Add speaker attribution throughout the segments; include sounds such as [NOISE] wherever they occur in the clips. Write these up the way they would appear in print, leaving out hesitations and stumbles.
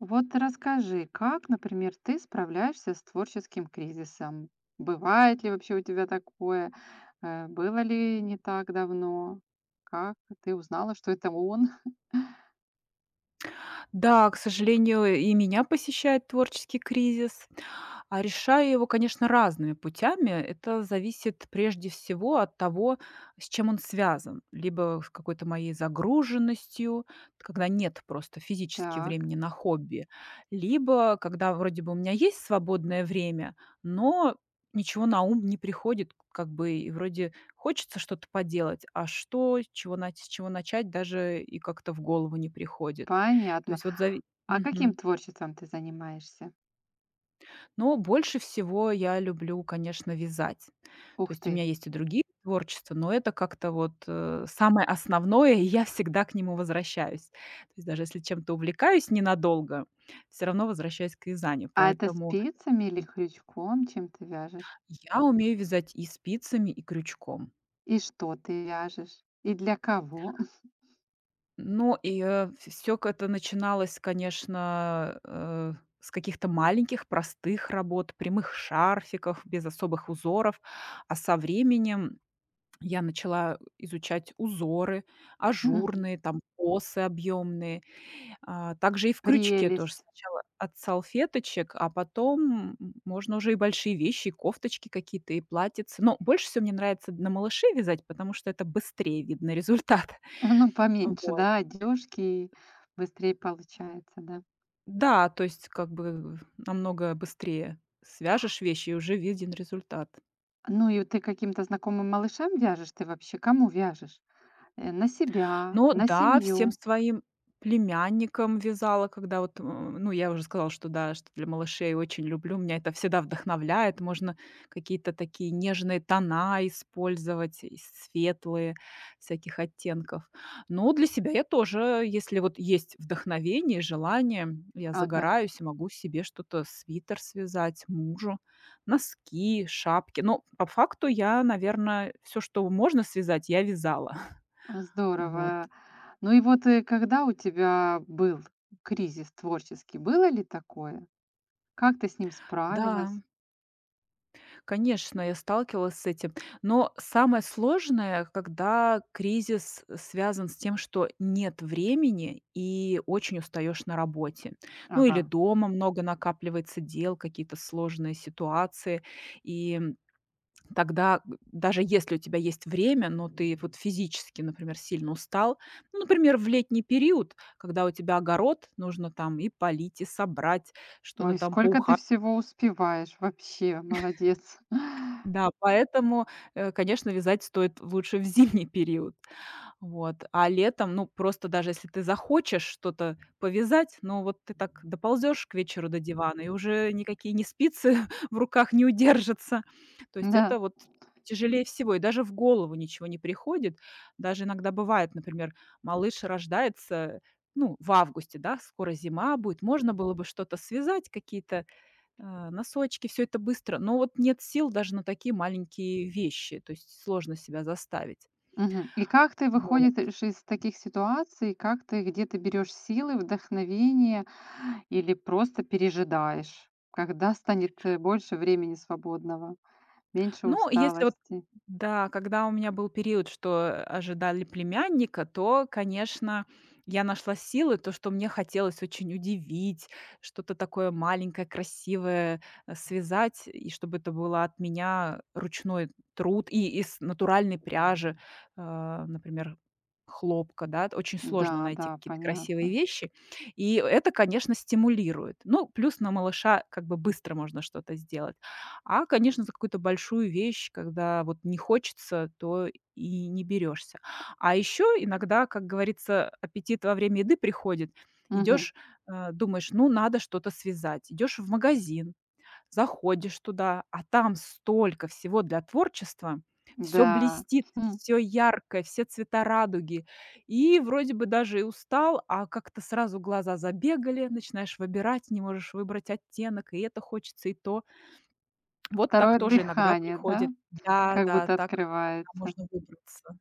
Speaker 1: Вот расскажи, как, например, ты справляешься с творческим кризисом? Бывает ли вообще у тебя такое? Было ли не так давно? Как ты узнала, что это он? [LAUGHS]
Speaker 2: Да, к сожалению, и меня посещает творческий кризис. А решаю его, конечно, разными путями. Это зависит прежде всего от того, с чем он связан. Либо с какой-то моей загруженностью, когда нет просто физически
Speaker 1: Так,
Speaker 2: времени на хобби, либо когда вроде бы у меня есть свободное время, но ничего на ум не приходит, как бы и вроде хочется что-то поделать, а что, с чего, с чего начать, даже и как-то в голову не приходит. То
Speaker 1: понятно.
Speaker 2: есть вот
Speaker 1: А каким творчеством ты занимаешься?
Speaker 2: Но больше всего я люблю, конечно, вязать. То
Speaker 1: Ух
Speaker 2: есть у
Speaker 1: ты!
Speaker 2: меня есть и другие творчества, но это как-то вот, самое основное, [LAUGHS] и я всегда к нему возвращаюсь. То есть даже если чем-то увлекаюсь ненадолго, все равно возвращаюсь к вязанию.
Speaker 1: А это
Speaker 2: Поэтому,
Speaker 1: спицами или
Speaker 2: м,
Speaker 1: крючком, чем ты вяжешь?
Speaker 2: я умею вязать и спицами, и крючком.
Speaker 1: И что ты вяжешь? И для кого?
Speaker 2: Ну и, все это начиналось, конечно, с каких-то маленьких, простых работ, прямых шарфиков без особых узоров. А со временем я начала изучать узоры,
Speaker 1: [LAUGHS] Мгм.
Speaker 2: ажурные, там косы объемные. А также и в крючке тоже
Speaker 1: Прелесть.
Speaker 2: сначала от салфеточек, а потом можно уже и большие вещи, и кофточки какие-то, и платьицы. Но больше всего мне нравится на малыше вязать, потому что это быстрее видно результат.
Speaker 1: [LAUGHS] Ну,
Speaker 2: [LAUGHS]
Speaker 1: поменьше,
Speaker 2: Вот.
Speaker 1: да, одежки, быстрее получается, да.
Speaker 2: Да, то есть как бы намного быстрее свяжешь вещи, и уже виден результат.
Speaker 1: Ну и ты каким-то знакомым малышам вяжешь? Ты вообще кому вяжешь? На себя,
Speaker 2: Ну
Speaker 1: на
Speaker 2: да, всем
Speaker 1: семью.
Speaker 2: своим племянникам вязала, когда вот, ну, я уже сказала, что да, что для малышей очень люблю, меня это всегда вдохновляет. Можно какие-то такие нежные тона использовать, и светлые, всяких оттенков. Но для себя я тоже, если вот есть вдохновение, желание, я
Speaker 1: Ага,
Speaker 2: загораюсь и могу себе что-то, свитер связать, мужу, носки, шапки. Но по факту я, наверное, все, что можно связать, я вязала. [LAUGHS] Вот.
Speaker 1: здорово. Ну и вот, когда у тебя был кризис творческий, было ли такое? Как ты с ним
Speaker 2: Да,
Speaker 1: справилась?
Speaker 2: конечно, я сталкивалась с этим. Но самое сложное, когда кризис связан с тем, что нет времени и очень устаешь на работе. Ну или
Speaker 1: Ага.
Speaker 2: дома много накапливается дел, какие-то сложные ситуации. И тогда, даже если у тебя есть время, но ты вот физически, например, сильно устал, ну, например, в летний период, когда у тебя огород, нужно там и полить, и собрать, что-то
Speaker 1: Ой,
Speaker 2: там
Speaker 1: сколько ты
Speaker 2: поухаживать.
Speaker 1: всего успеваешь вообще, молодец. [LAUGHS]
Speaker 2: Да, поэтому, конечно, вязать стоит лучше в зимний период. Вот. А летом, ну, просто даже если ты захочешь что-то повязать, ну вот ты так доползешь к вечеру до дивана, и уже никакие не спицы [LAUGHS] в руках не удержатся. То есть
Speaker 1: Да.
Speaker 2: это вот тяжелее всего, и даже в голову ничего не приходит. Даже иногда бывает, например, малыш рождается, ну, в августе, да, скоро зима будет, можно было бы что-то связать, какие-то носочки, все это быстро, но вот нет сил даже на такие маленькие вещи, то есть сложно себя заставить.
Speaker 1: Мгм. И как ты
Speaker 2: Вот.
Speaker 1: выходишь из таких ситуаций? Как ты где-то берешь силы, вдохновение или просто пережидаешь, когда станет больше времени свободного, меньше
Speaker 2: Ну, если вот
Speaker 1: усталости?
Speaker 2: да, когда у меня был период, что, ожидали племянника, то, конечно, я нашла силы, то, что мне хотелось очень удивить, что-то такое маленькое, красивое, связать, и чтобы это было от меня ручной труд и из натуральной пряжи. Например, хлопка, да. Очень сложно
Speaker 1: Да,
Speaker 2: найти
Speaker 1: да,
Speaker 2: какие-то красивые
Speaker 1: понятно.
Speaker 2: вещи, и это, конечно, стимулирует. Ну, плюс на малыша как бы быстро можно что-то сделать. А, конечно, за какую-то большую вещь, когда вот не хочется, то и не берешься. А еще иногда, как говорится, аппетит во время еды приходит.
Speaker 1: Мгм.
Speaker 2: Идешь, думаешь, ну, надо что-то связать. Идешь в магазин, заходишь туда, а там столько всего для творчества. Все
Speaker 1: Да.
Speaker 2: блестит,
Speaker 1: Хм.
Speaker 2: все яркое, все цвета радуги. И вроде бы даже и устал, а как-то сразу глаза забегали, начинаешь выбирать, не можешь выбрать оттенок, и это хочется, и то. Вот так
Speaker 1: Второе
Speaker 2: тоже иногда
Speaker 1: дыхание, да,
Speaker 2: приходит. Да,
Speaker 1: как
Speaker 2: да,
Speaker 1: будто
Speaker 2: так иногда
Speaker 1: открывается.
Speaker 2: можно выбраться.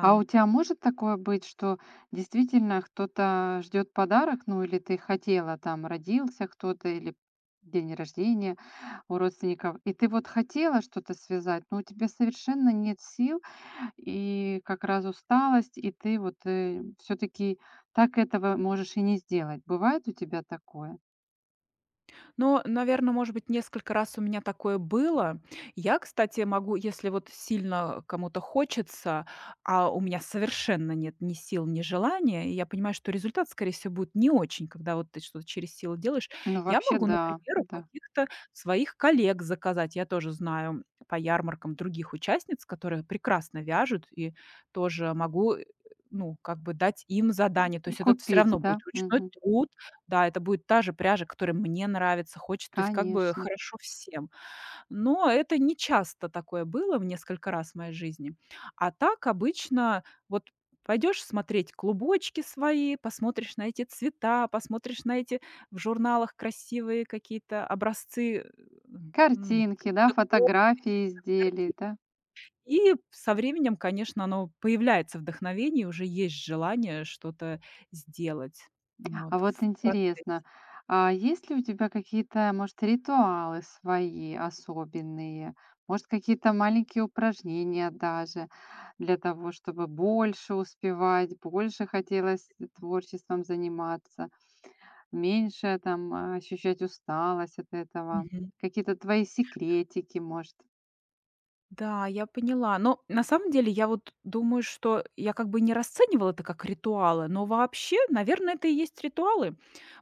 Speaker 1: А у тебя может такое быть, что действительно кто-то ждет подарок, ну или ты хотела, там родился кто-то или день рождения у родственников, и ты вот хотела что-то связать, но у тебя совершенно нет сил и как раз усталость, и ты вот все-таки так этого можешь и не сделать. Бывает у тебя такое?
Speaker 2: Но, наверное, может быть, несколько раз у меня такое было. Я, кстати, могу, если вот сильно кому-то хочется, а у меня совершенно нет ни сил, ни желания, и я понимаю, что результат, скорее всего, будет не очень, когда вот ты что-то через силу делаешь,
Speaker 1: Ну
Speaker 2: я
Speaker 1: вообще
Speaker 2: могу,
Speaker 1: да,
Speaker 2: например, у
Speaker 1: да.
Speaker 2: каких-то своих коллег заказать. Я тоже знаю по ярмаркам других участниц, которые прекрасно вяжут, и тоже могу, ну, как бы дать им задание. То есть это все
Speaker 1: Купить,
Speaker 2: равно
Speaker 1: да?
Speaker 2: будет ручной
Speaker 1: Мгм.
Speaker 2: труд. Да, это будет та же пряжа, которая мне нравится, хочется, то есть как бы
Speaker 1: Конечно.
Speaker 2: хорошо всем. Но это не часто такое было, в несколько раз в моей жизни. А так обычно вот пойдешь смотреть клубочки свои, посмотришь на эти цвета, посмотришь на эти в журналах красивые какие-то образцы, ну,
Speaker 1: Картинки, да,
Speaker 2: каких-то кофточек,
Speaker 1: фотографии
Speaker 2: там,
Speaker 1: изделий,
Speaker 2: картин.
Speaker 1: да?
Speaker 2: И со временем, конечно, оно появляется вдохновение, уже есть желание что-то сделать. Вот,
Speaker 1: А вот
Speaker 2: в процессе.
Speaker 1: интересно, а есть ли у тебя какие-то, может, ритуалы свои особенные, может, какие-то маленькие упражнения даже для того, чтобы больше успевать, больше хотелось творчеством заниматься, меньше ощущать усталость от этого,
Speaker 2: Мгм.
Speaker 1: какие-то твои секретики, может.
Speaker 2: Да, я поняла. Но на самом деле я вот думаю, что я как бы не расценивала это как ритуалы, но вообще, наверное, это и есть ритуалы,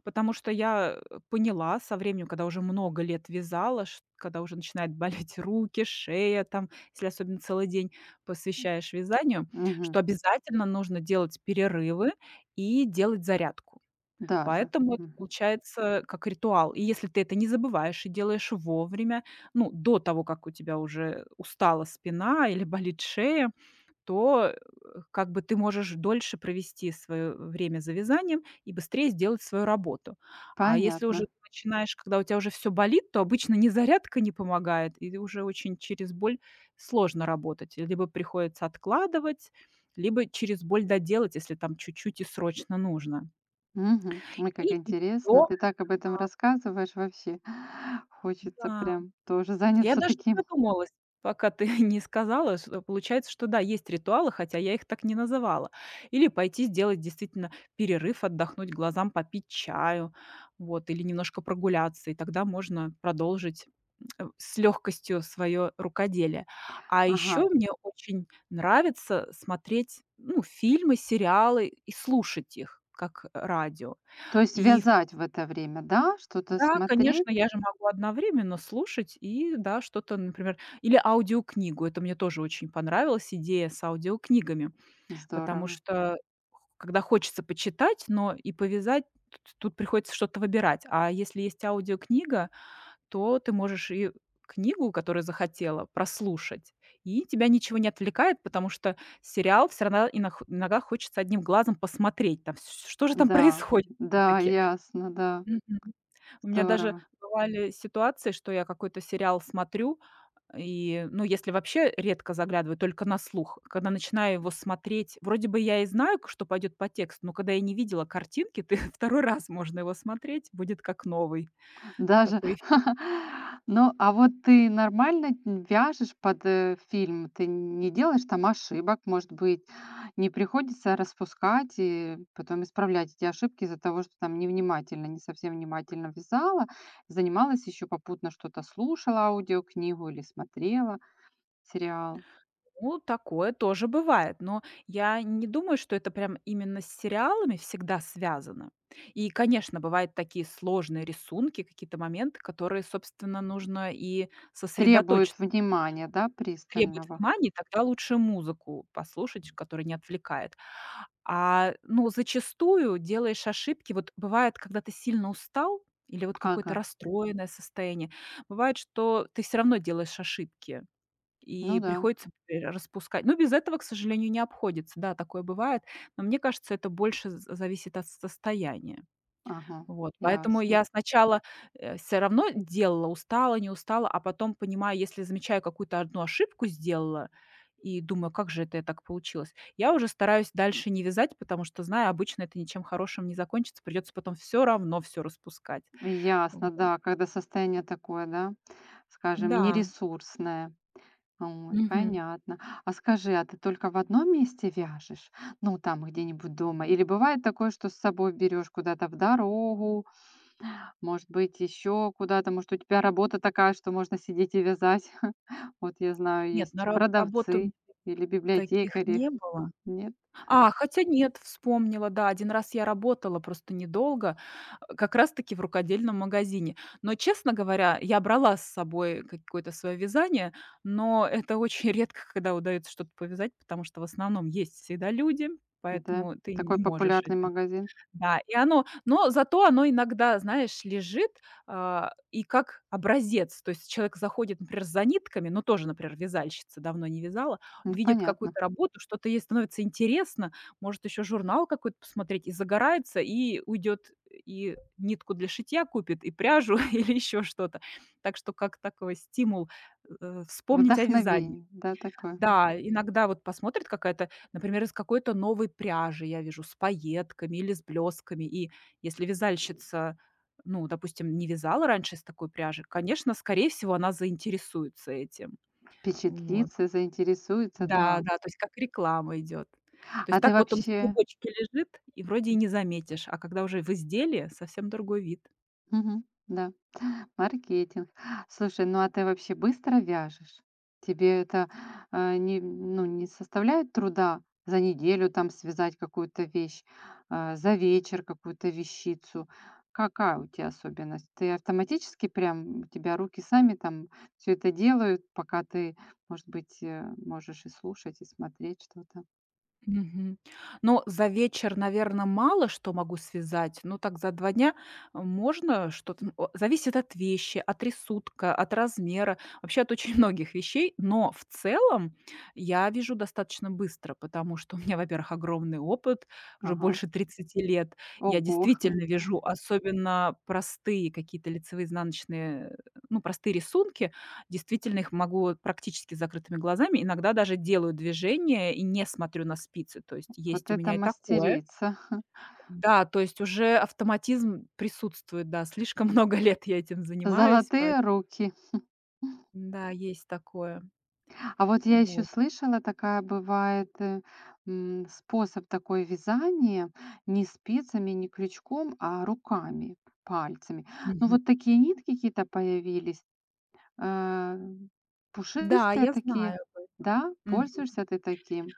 Speaker 2: потому что я поняла со временем, когда уже много лет вязала, когда уже начинает болеть [LAUGHS] руки, шея, там, если особенно целый день посвящаешь вязанию,
Speaker 1: Мгм.
Speaker 2: что обязательно нужно делать перерывы и делать зарядку.
Speaker 1: Даже.
Speaker 2: Поэтому это
Speaker 1: Мгм.
Speaker 2: получается как ритуал. И если ты это не забываешь и делаешь вовремя, ну, до того, как у тебя уже устала спина или болит шея, то, как бы ты можешь дольше провести свое время за вязанием и быстрее сделать свою работу. А если уже
Speaker 1: Понятно.
Speaker 2: ты начинаешь, когда у тебя уже все болит, то обычно ни зарядка не помогает, и уже очень через боль сложно работать. Либо приходится откладывать, либо через боль доделать, если там чуть-чуть и срочно нужно.
Speaker 1: Мгм. Ой,
Speaker 2: И
Speaker 1: как
Speaker 2: ещё
Speaker 1: интересно. Ты так об этом рассказываешь вообще. [SIGHS] Хочется
Speaker 2: да,
Speaker 1: прям тоже
Speaker 2: я
Speaker 1: заняться
Speaker 2: даже не
Speaker 1: таким.
Speaker 2: задумалась, пока ты [LAUGHS] не сказала, что получается, что да, есть ритуалы, хотя я их так не называла. Или пойти сделать действительно перерыв, отдохнуть глазам, попить чаю, вот, или немножко прогуляться, и тогда можно продолжить, с легкостью свое рукоделие. А
Speaker 1: Ага.
Speaker 2: еще мне очень нравится смотреть, ну, фильмы, сериалы и слушать их как радио.
Speaker 1: То есть
Speaker 2: И
Speaker 1: вязать в это время, да? Что-то
Speaker 2: да,
Speaker 1: смотреть?
Speaker 2: конечно, я же могу одновременно слушать и, да, что-то, например, или аудиокнигу. Это мне тоже очень понравилась идея с аудиокнигами, потому
Speaker 1: Здорово.
Speaker 2: что когда хочется почитать, но и повязать, тут приходится что-то выбирать. А если есть аудиокнига, то ты можешь и книгу, которую захотела, прослушать, и тебя ничего не отвлекает, потому что сериал все равно иногда хочется одним глазом посмотреть, там, с что же там [LAUGHS]
Speaker 1: Да,
Speaker 2: происходит
Speaker 1: да,
Speaker 2: всё-таки.
Speaker 1: ясно, да.
Speaker 2: Мгм. У меня даже
Speaker 1: Здорово.
Speaker 2: бывали ситуации, что я какой-то сериал смотрю, и, ну, если вообще редко заглядываю, только на слух, когда начинаю его смотреть, вроде бы я и знаю, к что пойдет по тексту, но когда я не видела картинки, ты [LAUGHS] второй раз можно его смотреть, будет как новый.
Speaker 1: Даже.
Speaker 2: Такой эффе
Speaker 1: [LAUGHS] Ну, а вот ты нормально вяжешь под фильм? Ты не делаешь там ошибок, может быть, не приходится распускать и потом исправлять эти ошибки из-за того, что там невнимательно, не совсем внимательно вязала, занималась еще попутно что-то слушала, аудиокнигу или смотрела сериал?
Speaker 2: Ну, такое тоже бывает, но я не думаю, что это прям именно с сериалами всегда связано. И, конечно, бывают такие сложные рисунки, какие-то моменты, которые, собственно, нужно и сосредоточиться,
Speaker 1: Требует внимания, да,
Speaker 2: требует
Speaker 1: пристального?
Speaker 2: внимания, тогда лучше музыку послушать, которая не отвлекает. А, ну, зачастую делаешь ошибки. Вот бывает, когда ты сильно устал или вот какое-то
Speaker 1: Ага,
Speaker 2: расстроенное состояние, бывает, что ты все равно делаешь ошибки
Speaker 1: ну
Speaker 2: и
Speaker 1: да,
Speaker 2: приходится р распускать. Ну, без этого, к сожалению, не обходится. Да, такое бывает, но мне кажется, это больше з зависит от состояния.
Speaker 1: ага,
Speaker 2: Вот, поэтому
Speaker 1: ясно.
Speaker 2: я сначала, все равно делала, устала, не устала, а потом понимаю, если замечаю какую-то одну ошибку сделала и думаю: "Как же это я так получилось?" Я уже стараюсь дальше не вязать, потому что знаю, обычно это ничем хорошим не закончится, придется потом все равно все распускать.
Speaker 1: Ясно,
Speaker 2: Вот.
Speaker 1: да, когда состояние такое, да, скажем,
Speaker 2: Да,
Speaker 1: нересурсное. Ой,
Speaker 2: мгм.
Speaker 1: понятно. А скажи, а ты только в одном месте вяжешь? Ну, там где-нибудь дома? Или бывает такое, что с собой берешь куда-то в дорогу, может быть, еще куда-то, может, у тебя работа такая, что можно сидеть и вязать? [LAUGHS] Вот я знаю,
Speaker 2: Нет, на
Speaker 1: есть
Speaker 2: работу
Speaker 1: продавцы или
Speaker 2: таких
Speaker 1: библиотекари.
Speaker 2: не было.
Speaker 1: Нет?
Speaker 2: А, хотя нет, вспомнила, да, один раз я работала, просто недолго, как раз таки в рукодельном магазине. Но, честно говоря, я брала с собой какое-то свое вязание, но это [LAUGHS] очень редко, когда удается что-то повязать, потому что в основном есть всегда люди,
Speaker 1: Да.
Speaker 2: поэтому ты не
Speaker 1: Такой
Speaker 2: можешь
Speaker 1: популярный
Speaker 2: этим.
Speaker 1: магазин.
Speaker 2: Да, и оно, но зато оно иногда, знаешь, лежит, и как образец. То есть человек заходит, например, за нитками, ну, тоже, например, вязальщица, давно не вязала,
Speaker 1: Ну,
Speaker 2: видит
Speaker 1: понятно.
Speaker 2: какую-то работу, что-то ей становится интересно, может еще журнал какой-то посмотреть, и загорается, и уйдет, и нитку для шитья купит, и пряжу, [LAUGHS] или еще что-то. Так что как такой стимул, вспомнить о вязании.
Speaker 1: Вдохновение, да, такое.
Speaker 2: Да, иногда вот посмотрит какая-то, например, из какой-то новой пряжи, я вижу, с пайетками или с блесками. И если вязальщица, ну, допустим, не вязала раньше из такой пряжи, конечно, скорее всего, она заинтересуется этим. Вот.
Speaker 1: Впечатлится, заинтересуется,
Speaker 2: Да,
Speaker 1: да.
Speaker 2: да, то есть как реклама идет. То есть
Speaker 1: А ты
Speaker 2: так вот он в
Speaker 1: вообще.
Speaker 2: клубочке лежит, и вроде и не заметишь, а когда уже в изделии, совсем другой вид.
Speaker 1: Мгм. Да, маркетинг. Слушай, ну а ты вообще быстро вяжешь? Тебе не составляет труда за неделю там связать какую-то вещь, за вечер какую-то вещицу? Какая у тебя особенность? Ты автоматически прям, у тебя руки сами там все это делают, пока ты, может быть, можешь и слушать, и смотреть что-то?
Speaker 2: Мгм. Ну, за вечер, наверное, мало что могу связать, но так за 2 дня можно что-то. М, о зависит от вещи, от рисунка, от размера, вообще от очень [LAUGHS] многих вещей. Но в целом я вяжу достаточно быстро, потому что у меня, во-первых, огромный опыт, уже
Speaker 1: Ага.
Speaker 2: больше 30 лет. Я
Speaker 1: Ого!
Speaker 2: действительно вяжу особенно простые какие-то лицевые, изнаночные, ну, простые рисунки. Действительно, их могу практически с закрытыми глазами. Иногда даже делаю движение и не смотрю на спицы. То есть есть
Speaker 1: Вот
Speaker 2: у
Speaker 1: это
Speaker 2: меня и такое.
Speaker 1: мастерица.
Speaker 2: Да, то есть уже автоматизм присутствует, да. Слишком [LAUGHS] много лет я этим занимаюсь, поэт
Speaker 1: Золотые руки.
Speaker 2: Да, есть такое.
Speaker 1: А вот я еще
Speaker 2: Вот.
Speaker 1: слышала, такая бывает, способ такой вязания не спицами, не крючком, а руками, пальцами. Ну
Speaker 2: Мгм.
Speaker 1: вот такие нитки какие-то появились, э,
Speaker 2: Да,
Speaker 1: пушистые
Speaker 2: я
Speaker 1: такие,
Speaker 2: знаю.
Speaker 1: да? Пользуешься ты таким?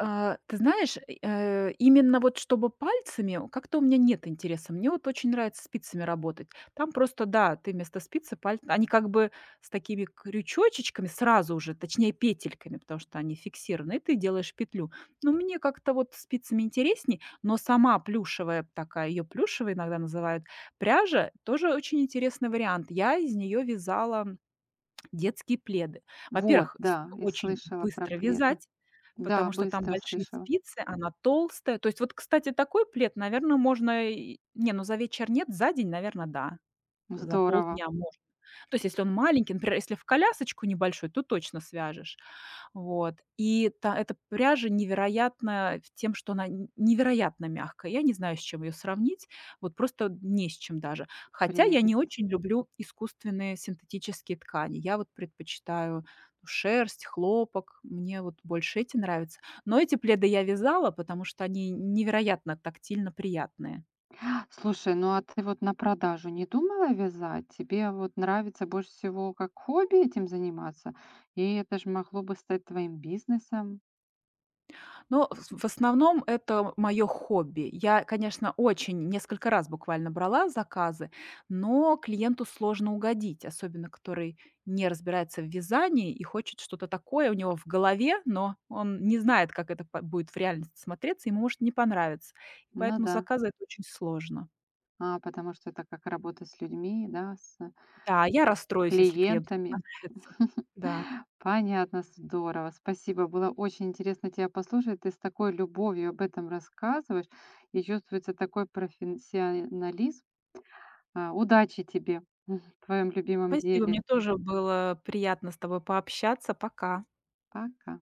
Speaker 2: А, ты знаешь, именно вот чтобы пальцами, как-то у меня нет интереса. Мне вот очень нравится спицами работать. Там просто, да, ты вместо спицы пальцы, они как бы с такими крючочечками сразу уже, точнее петельками, потому что они фиксированы, и ты делаешь петлю. Но мне как-то вот спицами интересней, но сама плюшевая такая, ее плюшевая иногда называют, пряжа тоже очень интересный вариант. Я из нее вязала детские пледы.
Speaker 1: Вот,
Speaker 2: Во-первых, из
Speaker 1: да,
Speaker 2: неё
Speaker 1: я
Speaker 2: очень
Speaker 1: слышала про
Speaker 2: быстро
Speaker 1: пледы.
Speaker 2: вязать,
Speaker 1: Да,
Speaker 2: потому что там
Speaker 1: быстро
Speaker 2: большие
Speaker 1: слышала.
Speaker 2: спицы, она толстая. То есть вот, кстати, такой плед, наверное, можно и не, ну, за вечер нет, за день, наверное, да. За
Speaker 1: Здорово,
Speaker 2: полдня можно. То есть если он маленький, например, если в колясочку небольшой, то точно свяжешь. Вот. И та эта пряжа невероятна в тем, что она н невероятно мягкая. Я не знаю, с чем ее сравнить, вот просто не с чем даже. Хотя я не
Speaker 1: прелесть.
Speaker 2: очень люблю искусственные синтетические ткани. Я вот предпочитаю, ну, шерсть, хлопок. Мне вот больше эти нравятся. Но эти пледы я вязала, потому что они невероятно тактильно приятные.
Speaker 1: Слушай, ну а ты вот на продажу не думала вязать? Тебе вот нравится больше всего как хобби этим заниматься? И это же могло бы стать твоим бизнесом.
Speaker 2: Но в основном это моё хобби. Я, конечно, очень несколько раз буквально брала заказы, но клиенту сложно угодить, особенно который не разбирается в вязании и хочет что-то такое у него в голове, но он не знает, как это по будет в реальности смотреться, ему может не понравиться.
Speaker 1: Ну
Speaker 2: Поэтому
Speaker 1: да.
Speaker 2: заказы — это очень сложно.
Speaker 1: А, потому что это как работа с людьми, да, с
Speaker 2: Да, я расстроюсь, если клиенту не
Speaker 1: клиентами.
Speaker 2: понравится. Да.
Speaker 1: [LAUGHS] Понятно, здорово. Спасибо. Было очень интересно тебя послушать. Ты с такой любовью об этом рассказываешь, и чувствуется такой профессионализм. Удачи тебе [LAUGHS] в твоем любимом
Speaker 2: Спасибо, мне
Speaker 1: деле.
Speaker 2: тоже было приятно с тобой пообщаться. Пока.
Speaker 1: Пока.